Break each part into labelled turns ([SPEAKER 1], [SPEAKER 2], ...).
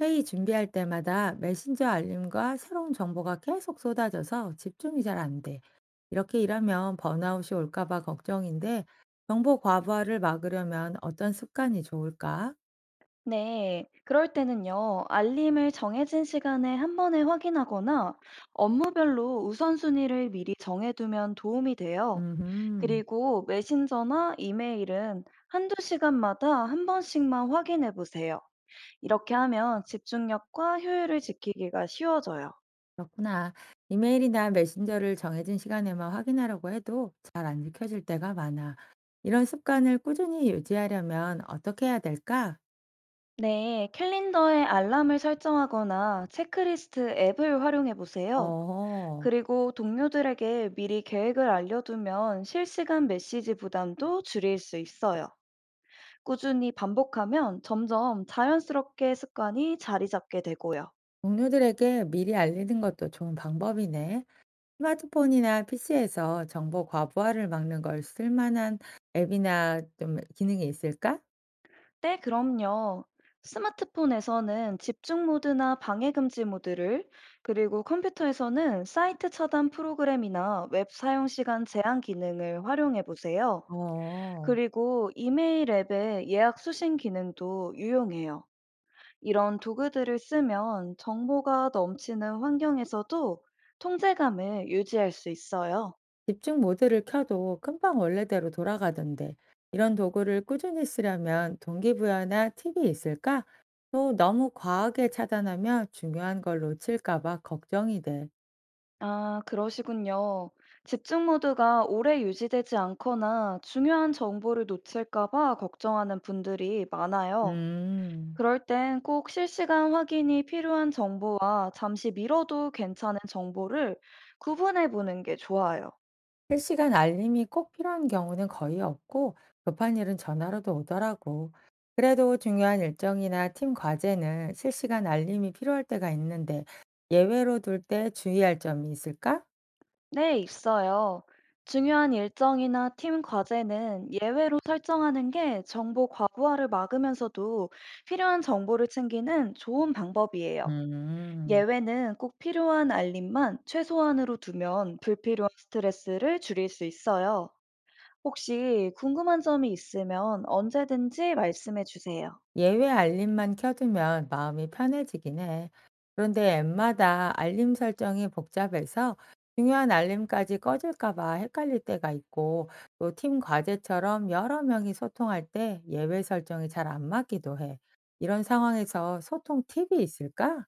[SPEAKER 1] 회의 준비할 때마다 메신저 알림과 새로운 정보가 계속 쏟아져서 집중이 잘 안 돼. 이렇게 일하면 번아웃이 올까 봐 걱정인데 정보 과부하를 막으려면 어떤 습관이 좋을까?
[SPEAKER 2] 네, 그럴 때는요, 알림을 정해진 시간에 한 번에 확인하거나 업무별로 우선순위를 미리 정해두면 도움이 돼요.
[SPEAKER 1] 음,
[SPEAKER 2] 그리고 메신저나 이메일은 한두 시간마다 한 번씩만 확인해 보세요. 이렇게 하면 집중력과 효율을 지키기가 쉬워져요.
[SPEAKER 1] 그렇구나. 이메일이나 메신저를 정해진 시간에만 확인하려고 해도 잘 안 지켜질 때가 많아. 이런 습관을 꾸준히 유지하려면 어떻게 해야 될까?
[SPEAKER 2] 네, 캘린더에 알람을 설정하거나 체크리스트 앱을 활용해 보세요.
[SPEAKER 1] 어,
[SPEAKER 2] 그리고 동료들에게 미리 계획을 알려두면 실시간 메시지 부담도 줄일 수 있어요. 꾸준히 반복하면 점점 자연스럽게 습관이 자리 잡게 되고요.
[SPEAKER 1] 동료들에게 미리 알리는 것도 좋은 방법이네. 스마트폰이나 PC에서 정보 과부하를 막는 걸 쓸만한 앱이나 좀 기능이 있을까?
[SPEAKER 2] 네, 그럼요. 스마트폰에서는 집중 모드나 방해 금지 모드를, 그리고 컴퓨터에서는 사이트 차단 프로그램이나 웹 사용 시간 제한 기능을 활용해 보세요.
[SPEAKER 1] 어,
[SPEAKER 2] 그리고 이메일 앱의 예약 수신 기능도 유용해요. 이런 도구들을 쓰면 정보가 넘치는 환경에서도 통제감을 유지할 수 있어요.
[SPEAKER 1] 집중 모드를 켜도 금방 원래대로 돌아가던데 이런 도구를 꾸준히 쓰려면 동기부여나 팁이 있을까? 또 너무 과하게 차단하면 중요한 걸 놓칠까 봐 걱정이 돼.
[SPEAKER 2] 아, 그러시군요. 집중 모드가 오래 유지되지 않거나 중요한 정보를 놓칠까 봐 걱정하는 분들이 많아요.
[SPEAKER 1] 음.
[SPEAKER 2] 그럴 땐 꼭 실시간 확인이 필요한 정보와 잠시 미뤄도 괜찮은 정보를 구분해 보는 게 좋아요.
[SPEAKER 1] 실시간 알림이 꼭 필요한 경우는 거의 없고, 급한 일은 전화로도 오더라고. 그래도 중요한 일정이나 팀 과제는 실시간 알림이 필요할 때가 있는데, 예외로 둘 때 주의할 점이 있을까?
[SPEAKER 2] 네, 있어요. 중요한 일정이나 팀 과제는 예외로 설정하는 게 정보 과부하를 막으면서도 필요한 정보를 챙기는 좋은 방법이에요.
[SPEAKER 1] 음.
[SPEAKER 2] 예외는 꼭 필요한 알림만 최소한으로 두면 불필요한 스트레스를 줄일 수 있어요. 혹시 궁금한 점이 있으면 언제든지 말씀해 주세요.
[SPEAKER 1] 예외 알림만 켜두면 마음이 편해지긴 해. 그런데 앱마다 알림 설정이 복잡해서 중요한 알림까지 꺼질까 봐 헷갈릴 때가 있고 또 팀 과제처럼 여러 명이 소통할 때 예외 설정이 잘 안 맞기도 해. 이런 상황에서 소통 팁이 있을까?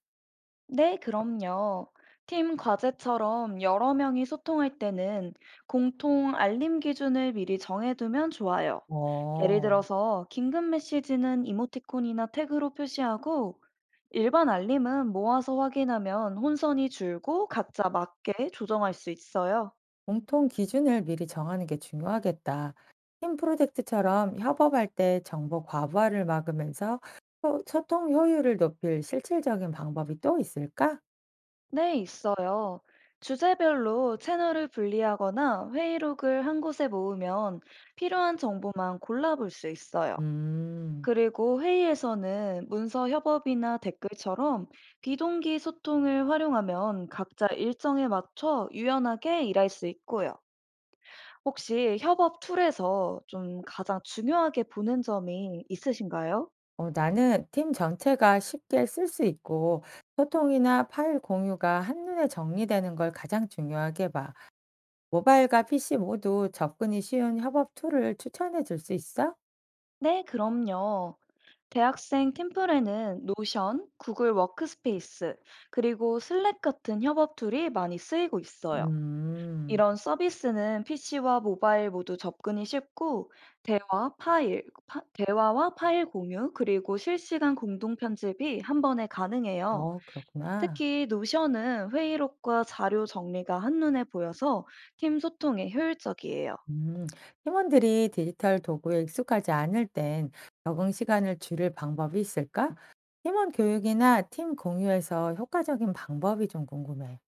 [SPEAKER 2] 네, 그럼요. 팀 과제처럼 여러 명이 소통할 때는 공통 알림 기준을 미리 정해두면 좋아요. 예를
[SPEAKER 1] 어.
[SPEAKER 2] 들어서 긴급 메시지는 이모티콘이나 태그로 표시하고 일반 알림은 모아서 확인하면 혼선이 줄고 각자 맞게 조정할 수 있어요.
[SPEAKER 1] 공통 기준을 미리 정하는 게 중요하겠다. 팀 프로젝트처럼 협업할 때 정보 과부하를 막으면서 소통 효율을 높일 실질적인 방법이 또 있을까?
[SPEAKER 2] 네, 있어요. 주제별로 채널을 분리하거나 회의록을 한 곳에 모으면 필요한 정보만 골라볼 수 있어요.
[SPEAKER 1] 음,
[SPEAKER 2] 그리고 회의에서는 문서 협업이나 댓글처럼 비동기 소통을 활용하면 각자 일정에 맞춰 유연하게 일할 수 있고요. 혹시 협업 툴에서 좀 가장 중요하게 보는 점이 있으신가요?
[SPEAKER 1] 어, 나는 팀 전체가 쉽게 쓸 수 있고 소통이나 파일 공유가 한눈에 정리되는 걸 가장 중요하게 봐. 모바일과 PC 모두 접근이 쉬운 협업 툴을 추천해 줄 수 있어?
[SPEAKER 2] 네, 그럼요. 대학생 팀플에는 노션, 구글 워크스페이스, 그리고 슬랙 같은 협업 툴이 많이 쓰이고 있어요.
[SPEAKER 1] 음.
[SPEAKER 2] 이런 서비스는 PC와 모바일 모두 접근이 쉽고 대화, 파일, 대화와 파일 공유 그리고 실시간 공동 편집이 한 번에 가능해요.
[SPEAKER 1] 어, 그렇구나.
[SPEAKER 2] 특히 노션은 회의록과 자료 정리가 한눈에 보여서 팀 소통에 효율적이에요.
[SPEAKER 1] 음, 팀원들이 디지털 도구에 익숙하지 않을 땐 적응 시간을 줄일 방법이 있을까? 팀원 교육이나 팀 공유에서 효과적인 방법이 좀 궁금해.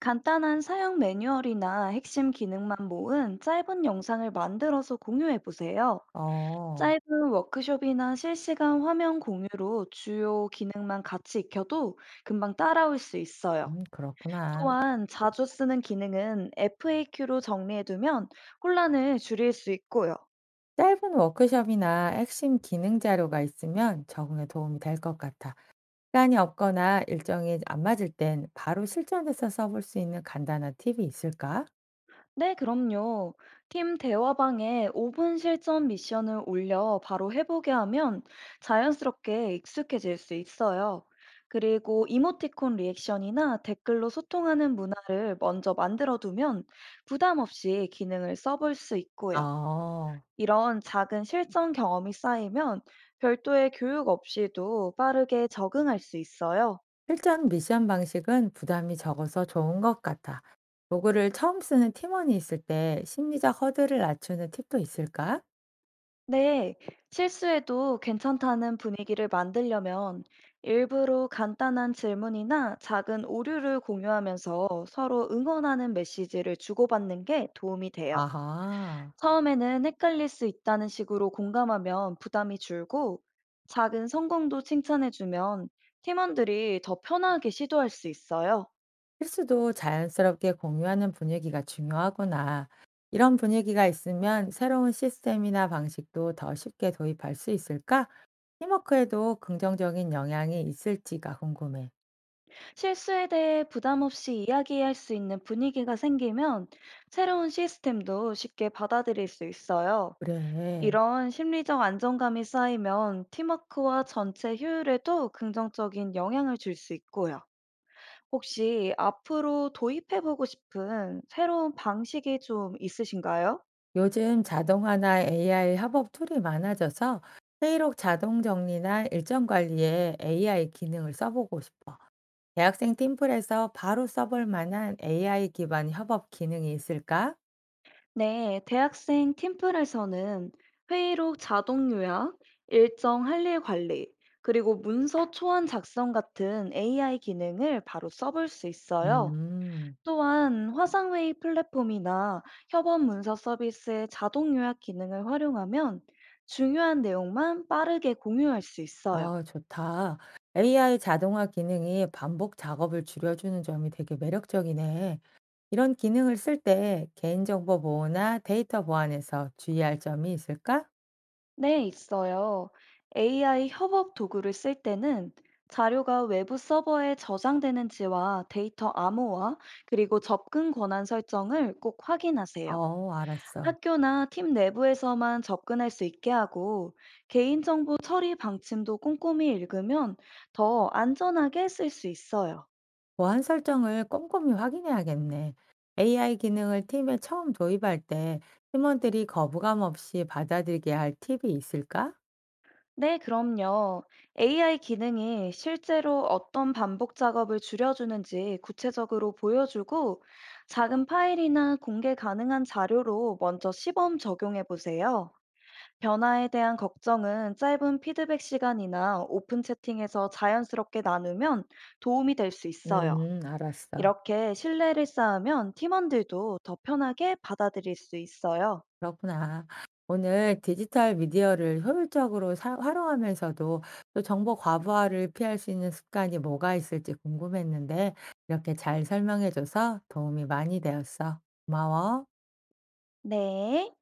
[SPEAKER 2] 간단한 사용 매뉴얼이나 핵심 기능만 모은 짧은 영상을 만들어서 공유해 보세요.
[SPEAKER 1] 어,
[SPEAKER 2] 짧은 워크숍이나 실시간 화면 공유로 주요 기능만 같이 익혀도 금방 따라올 수 있어요.
[SPEAKER 1] 그렇구나.
[SPEAKER 2] 또한 자주 쓰는 기능은 FAQ로 정리해두면 혼란을 줄일 수 있고요.
[SPEAKER 1] 짧은 워크숍이나 핵심 기능 자료가 있으면 적응에 도움이 될 것 같아. 시간이 없거나 일정이 안 맞을 땐 바로 실전에서 써볼 수 있는 간단한 팁이 있을까?
[SPEAKER 2] 네, 그럼요. 팀 대화방에 5분 실전 미션을 올려 바로 해보게 하면 자연스럽게 익숙해질 수 있어요. 그리고 이모티콘 리액션이나 댓글로 소통하는 문화를 먼저 만들어두면 부담 없이 기능을 써볼 수 있고요.
[SPEAKER 1] 어.
[SPEAKER 2] 이런 작은 실전 경험이 쌓이면 별도의 교육 없이도 빠르게 적응할 수 있어요.
[SPEAKER 1] 실전 미션 방식은 부담이 적어서 좋은 것 같아. 도구를 처음 쓰는 팀원이 있을 때 심리적 허들을 낮추는 팁도 있을까?
[SPEAKER 2] 네, 실수해도 괜찮다는 분위기를 만들려면 일부러 간단한 질문이나 작은 오류를 공유하면서 서로 응원하는 메시지를 주고받는 게 도움이 돼요.
[SPEAKER 1] 아하.
[SPEAKER 2] 처음에는 헷갈릴 수 있다는 식으로 공감하면 부담이 줄고 작은 성공도 칭찬해주면 팀원들이 더 편하게 시도할 수 있어요.
[SPEAKER 1] 실수도 자연스럽게 공유하는 분위기가 중요하구나. 이런 분위기가 있으면 새로운 시스템이나 방식도 더 쉽게 도입할 수 있을까? 팀워크에도 긍정적인 영향이 있을지가 궁금해.
[SPEAKER 2] 실수에 대해 부담 없이 이야기할 수 있는 분위기가 생기면 새로운 시스템도 쉽게 받아들일 수 있어요.
[SPEAKER 1] 그래.
[SPEAKER 2] 이런 심리적 안정감이 쌓이면 팀워크와 전체 효율에도 긍정적인 영향을 줄 수 있고요. 혹시 앞으로 도입해보고 싶은 새로운 방식이 좀 있으신가요?
[SPEAKER 1] 요즘 자동화나 AI 협업 툴이 많아져서 회의록 자동 정리나 일정 관리에 AI 기능을 써보고 싶어. 대학생 팀플에서 바로 써볼 만한 AI 기반 협업 기능이 있을까?
[SPEAKER 2] 네, 대학생 팀플에서는 회의록 자동 요약, 일정 할일 관리, 그리고 문서 초안 작성 같은 AI 기능을 바로 써볼 수 있어요.
[SPEAKER 1] 음,
[SPEAKER 2] 또한 화상회의 플랫폼이나 협업 문서 서비스의 자동 요약 기능을 활용하면 중요한 내용만 빠르게 공유할 수 있어요.
[SPEAKER 1] 아, 좋다. AI 자동화 기능이 반복 작업을 줄여주는 점이 되게 매력적이네. 이런 기능을 쓸 때 개인정보 보호나 데이터 보안에서 주의할 점이 있을까?
[SPEAKER 2] 네, 있어요. AI 협업 도구를 쓸 때는 자료가 외부 서버에 저장되는지와 데이터 암호화, 그리고 접근 권한 설정을 꼭 확인하세요.
[SPEAKER 1] 어, 알았어.
[SPEAKER 2] 학교나 팀 내부에서만 접근할 수 있게 하고 개인정보 처리 방침도 꼼꼼히 읽으면 더 안전하게 쓸 수 있어요.
[SPEAKER 1] 보안 설정을 꼼꼼히 확인해야겠네. AI 기능을 팀에 처음 도입할 때 팀원들이 거부감 없이 받아들이게 할 팁이 있을까?
[SPEAKER 2] 네, 그럼요. AI 기능이 실제로 어떤 반복 작업을 줄여주는지 구체적으로 보여주고 작은 파일이나 공개 가능한 자료로 먼저 시범 적용해 보세요. 변화에 대한 걱정은 짧은 피드백 시간이나 오픈 채팅에서 자연스럽게 나누면 도움이 될 수 있어요.
[SPEAKER 1] 알았어.
[SPEAKER 2] 이렇게 신뢰를 쌓으면 팀원들도 더 편하게 받아들일 수 있어요.
[SPEAKER 1] 그렇구나. 오늘 디지털 미디어를 효율적으로 활용하면서도 또 정보 과부하를 피할 수 있는 습관이 뭐가 있을지 궁금했는데 이렇게 잘 설명해줘서 도움이 많이 되었어. 고마워.
[SPEAKER 2] 네.